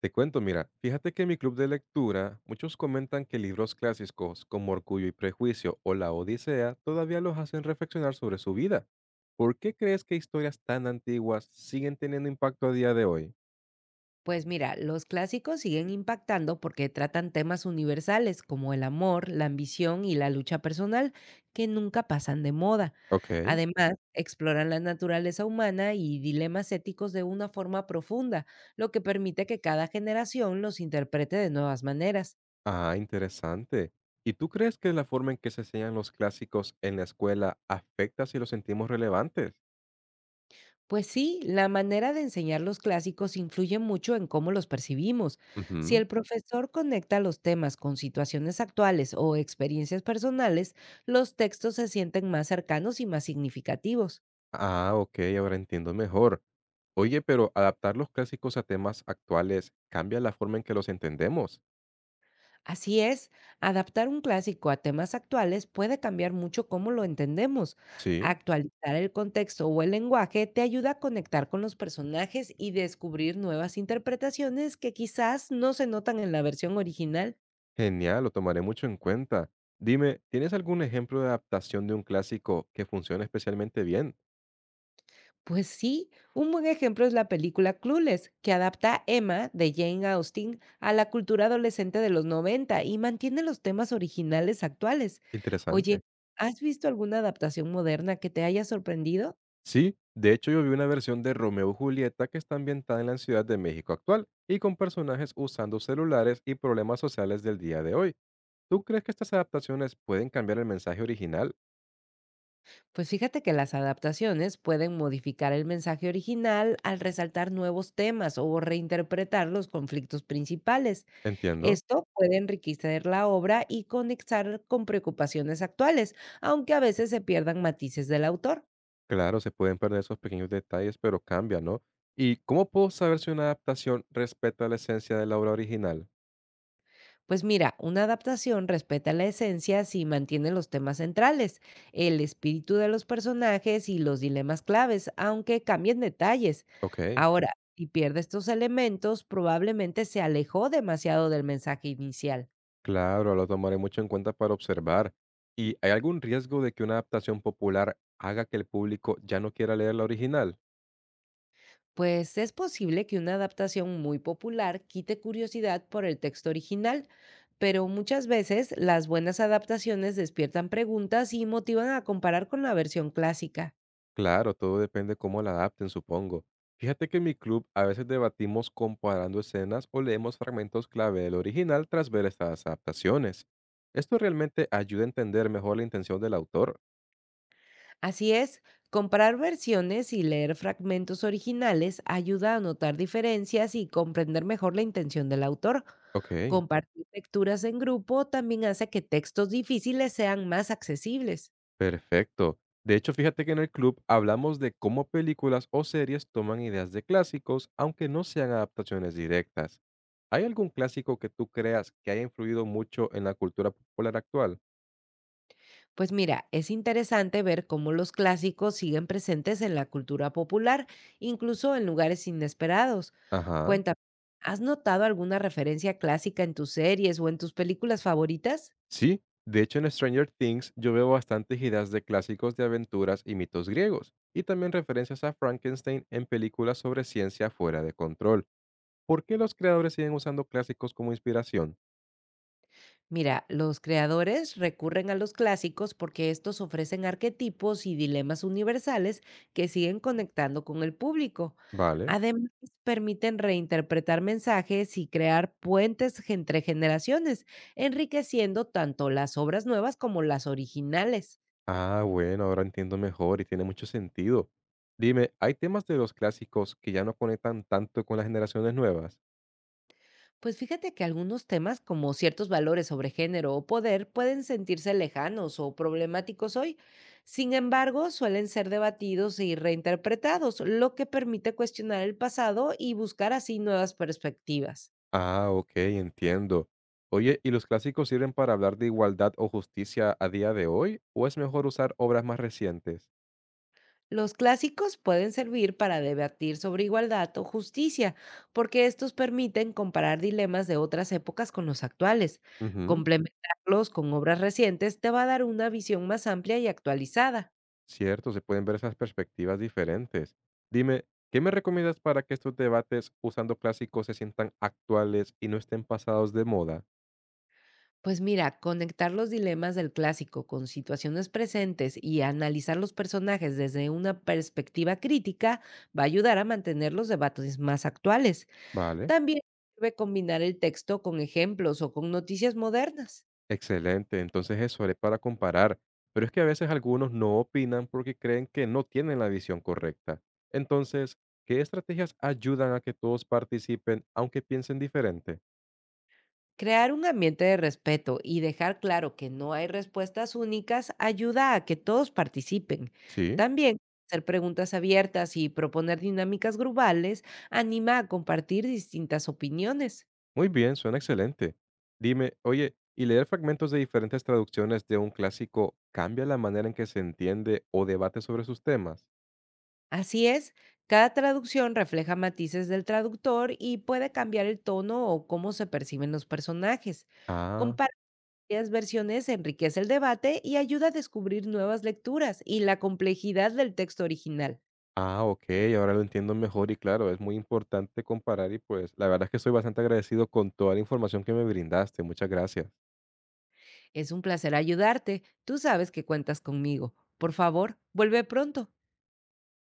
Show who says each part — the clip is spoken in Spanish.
Speaker 1: Te cuento, mira, fíjate que en mi club de lectura muchos comentan que libros clásicos como Orgullo y Prejuicio o La Odisea todavía los hacen reflexionar sobre su vida. ¿Por qué crees que historias tan antiguas siguen teniendo impacto a día de hoy?
Speaker 2: Pues mira, los clásicos siguen impactando porque tratan temas universales como el amor, la ambición y la lucha personal, que nunca pasan de moda.
Speaker 1: Ok.
Speaker 2: Además, exploran la naturaleza humana y dilemas éticos de una forma profunda, lo que permite que cada generación los interprete de nuevas maneras.
Speaker 1: Ah, interesante. ¿Y tú crees que la forma en que se enseñan los clásicos en la escuela afecta si los sentimos relevantes?
Speaker 2: Pues sí, la manera de enseñar los clásicos influye mucho en cómo los percibimos. Si
Speaker 1: Ujú.
Speaker 2: el profesor conecta los temas con situaciones actuales o experiencias personales, los textos se sienten más cercanos y más significativos.
Speaker 1: Ah, ok, ahora entiendo mejor. Oye, pero adaptar los clásicos a temas actuales cambia la forma en que los entendemos.
Speaker 2: Así es, adaptar un clásico a temas actuales puede cambiar mucho cómo lo entendemos.
Speaker 1: Sí,
Speaker 2: Actualizar el contexto o el lenguaje te ayuda a conectar con los personajes y descubrir nuevas interpretaciones que quizás no se notan en la versión original.
Speaker 1: genial, lo tomaré mucho en cuenta. Dime, ¿tienes algún ejemplo de adaptación de un clásico que funcione especialmente bien?
Speaker 2: Pues sí, un buen ejemplo es la película Clueless, que adapta a Emma de Jane Austen a la cultura adolescente de los 90 y mantiene los temas originales actuales.
Speaker 1: Interesante.
Speaker 2: Oye, ¿has visto alguna adaptación moderna que te haya sorprendido?
Speaker 1: Sí, de hecho yo vi una versión de Romeo y Julieta que está ambientada en la Ciudad de México actual y con personajes usando celulares y problemas sociales del día de hoy. ¿Tú crees que estas adaptaciones pueden cambiar el mensaje original?
Speaker 2: Pues fíjate que las adaptaciones pueden modificar el mensaje original al resaltar nuevos temas o reinterpretar los conflictos principales.
Speaker 1: Entiendo.
Speaker 2: Esto puede enriquecer la obra y conectar con preocupaciones actuales, aunque a veces se pierdan matices del autor.
Speaker 1: Claro, se pueden perder esos pequeños detalles, pero cambia, ¿no? ¿Y cómo puedo saber si una adaptación respeta la esencia de la obra original?
Speaker 2: Pues mira, una adaptación respeta la esencia si mantiene los temas centrales, el espíritu de los personajes y los dilemas claves, aunque cambien detalles.
Speaker 1: Ok.
Speaker 2: Ahora, si pierde estos elementos, probablemente se alejó demasiado del mensaje inicial.
Speaker 1: Claro, lo tomaré mucho en cuenta para observar. ¿Y hay algún riesgo de que una adaptación popular haga que el público ya no quiera leer la original?
Speaker 2: Pues es posible que una adaptación muy popular quite curiosidad por el texto original, pero muchas veces las buenas adaptaciones despiertan preguntas y motivan a comparar con la versión clásica.
Speaker 1: Claro, todo depende cómo la adapten, supongo. Fíjate que en mi club a veces debatimos comparando escenas o leemos fragmentos clave del original tras ver estas adaptaciones. Esto realmente ayuda a entender mejor la intención del autor.
Speaker 2: Así es, comparar versiones y leer fragmentos originales ayuda a notar diferencias y comprender mejor la intención del autor.
Speaker 1: Ok.
Speaker 2: Compartir lecturas en grupo también hace que textos difíciles sean más accesibles.
Speaker 1: Perfecto. De hecho, fíjate que en el club hablamos de cómo películas o series toman ideas de clásicos, aunque no sean adaptaciones directas. ¿Hay algún clásico que tú creas que haya influido mucho en la cultura popular actual?
Speaker 2: Pues mira, es interesante ver cómo los clásicos siguen presentes en la cultura popular, incluso en lugares inesperados.
Speaker 1: Ajá.
Speaker 2: Cuéntame, ¿has notado alguna referencia clásica en tus series o en tus películas favoritas?
Speaker 1: Sí, de hecho en Stranger Things yo veo bastantes ideas de clásicos de aventuras y mitos griegos, y también referencias a Frankenstein en películas sobre ciencia fuera de control. ¿Por qué los creadores siguen usando clásicos como inspiración?
Speaker 2: Mira, los creadores recurren a los clásicos porque estos ofrecen arquetipos y dilemas universales que siguen conectando con el público.
Speaker 1: Vale.
Speaker 2: Además, permiten reinterpretar mensajes y crear puentes entre generaciones, enriqueciendo tanto las obras nuevas como las originales.
Speaker 1: Ah, bueno, ahora entiendo mejor y tiene mucho sentido. Dime, ¿hay temas de los clásicos que ya no conectan tanto con las generaciones nuevas?
Speaker 2: Pues fíjate que algunos temas como ciertos valores sobre género o poder pueden sentirse lejanos o problemáticos hoy. Sin embargo, suelen ser debatidos y reinterpretados, lo que permite cuestionar el pasado y buscar así nuevas perspectivas.
Speaker 1: Ah, ok, entiendo. Oye, ¿y los clásicos sirven para hablar de igualdad o justicia a día de hoy? ¿O es mejor usar obras más recientes?
Speaker 2: Los clásicos pueden servir para debatir sobre igualdad o justicia, porque estos permiten comparar dilemas de otras épocas con los actuales.
Speaker 1: Ujú,
Speaker 2: Complementarlos con obras recientes te va a dar una visión más amplia y actualizada.
Speaker 1: cierto, se pueden ver esas perspectivas diferentes. Dime, ¿qué me recomiendas para que estos debates usando clásicos se sientan actuales y no estén pasados de moda?
Speaker 2: Pues mira, conectar los dilemas del clásico con situaciones presentes y analizar los personajes desde una perspectiva crítica va a ayudar a mantener los debates más actuales.
Speaker 1: Vale.
Speaker 2: También sirve combinar el texto con ejemplos o con noticias modernas.
Speaker 1: Excelente, entonces eso haré para comparar, pero es que a veces algunos no opinan porque creen que no tienen la visión correcta. Entonces, ¿qué estrategias ayudan a que todos participen aunque piensen diferente?
Speaker 2: Crear un ambiente de respeto y dejar claro que no hay respuestas únicas ayuda a que todos participen.
Speaker 1: Sí,
Speaker 2: También hacer preguntas abiertas y proponer dinámicas grupales anima a compartir distintas opiniones.
Speaker 1: muy bien, suena excelente. Dime, oye, ¿y leer fragmentos de diferentes traducciones de un clásico cambia la manera en que se entiende o debate sobre sus temas?
Speaker 2: Así es, cada traducción refleja matices del traductor y puede cambiar el tono o cómo se perciben los personajes.
Speaker 1: Ah,
Speaker 2: Comparar varias versiones enriquece el debate y ayuda a descubrir nuevas lecturas y la complejidad del texto original.
Speaker 1: ah, ok, ahora lo entiendo mejor y claro, es muy importante comparar y pues la verdad es que estoy bastante agradecido con toda la información que me brindaste. Muchas gracias.
Speaker 2: Es un placer ayudarte. Tú sabes que cuentas conmigo. Por favor, vuelve pronto.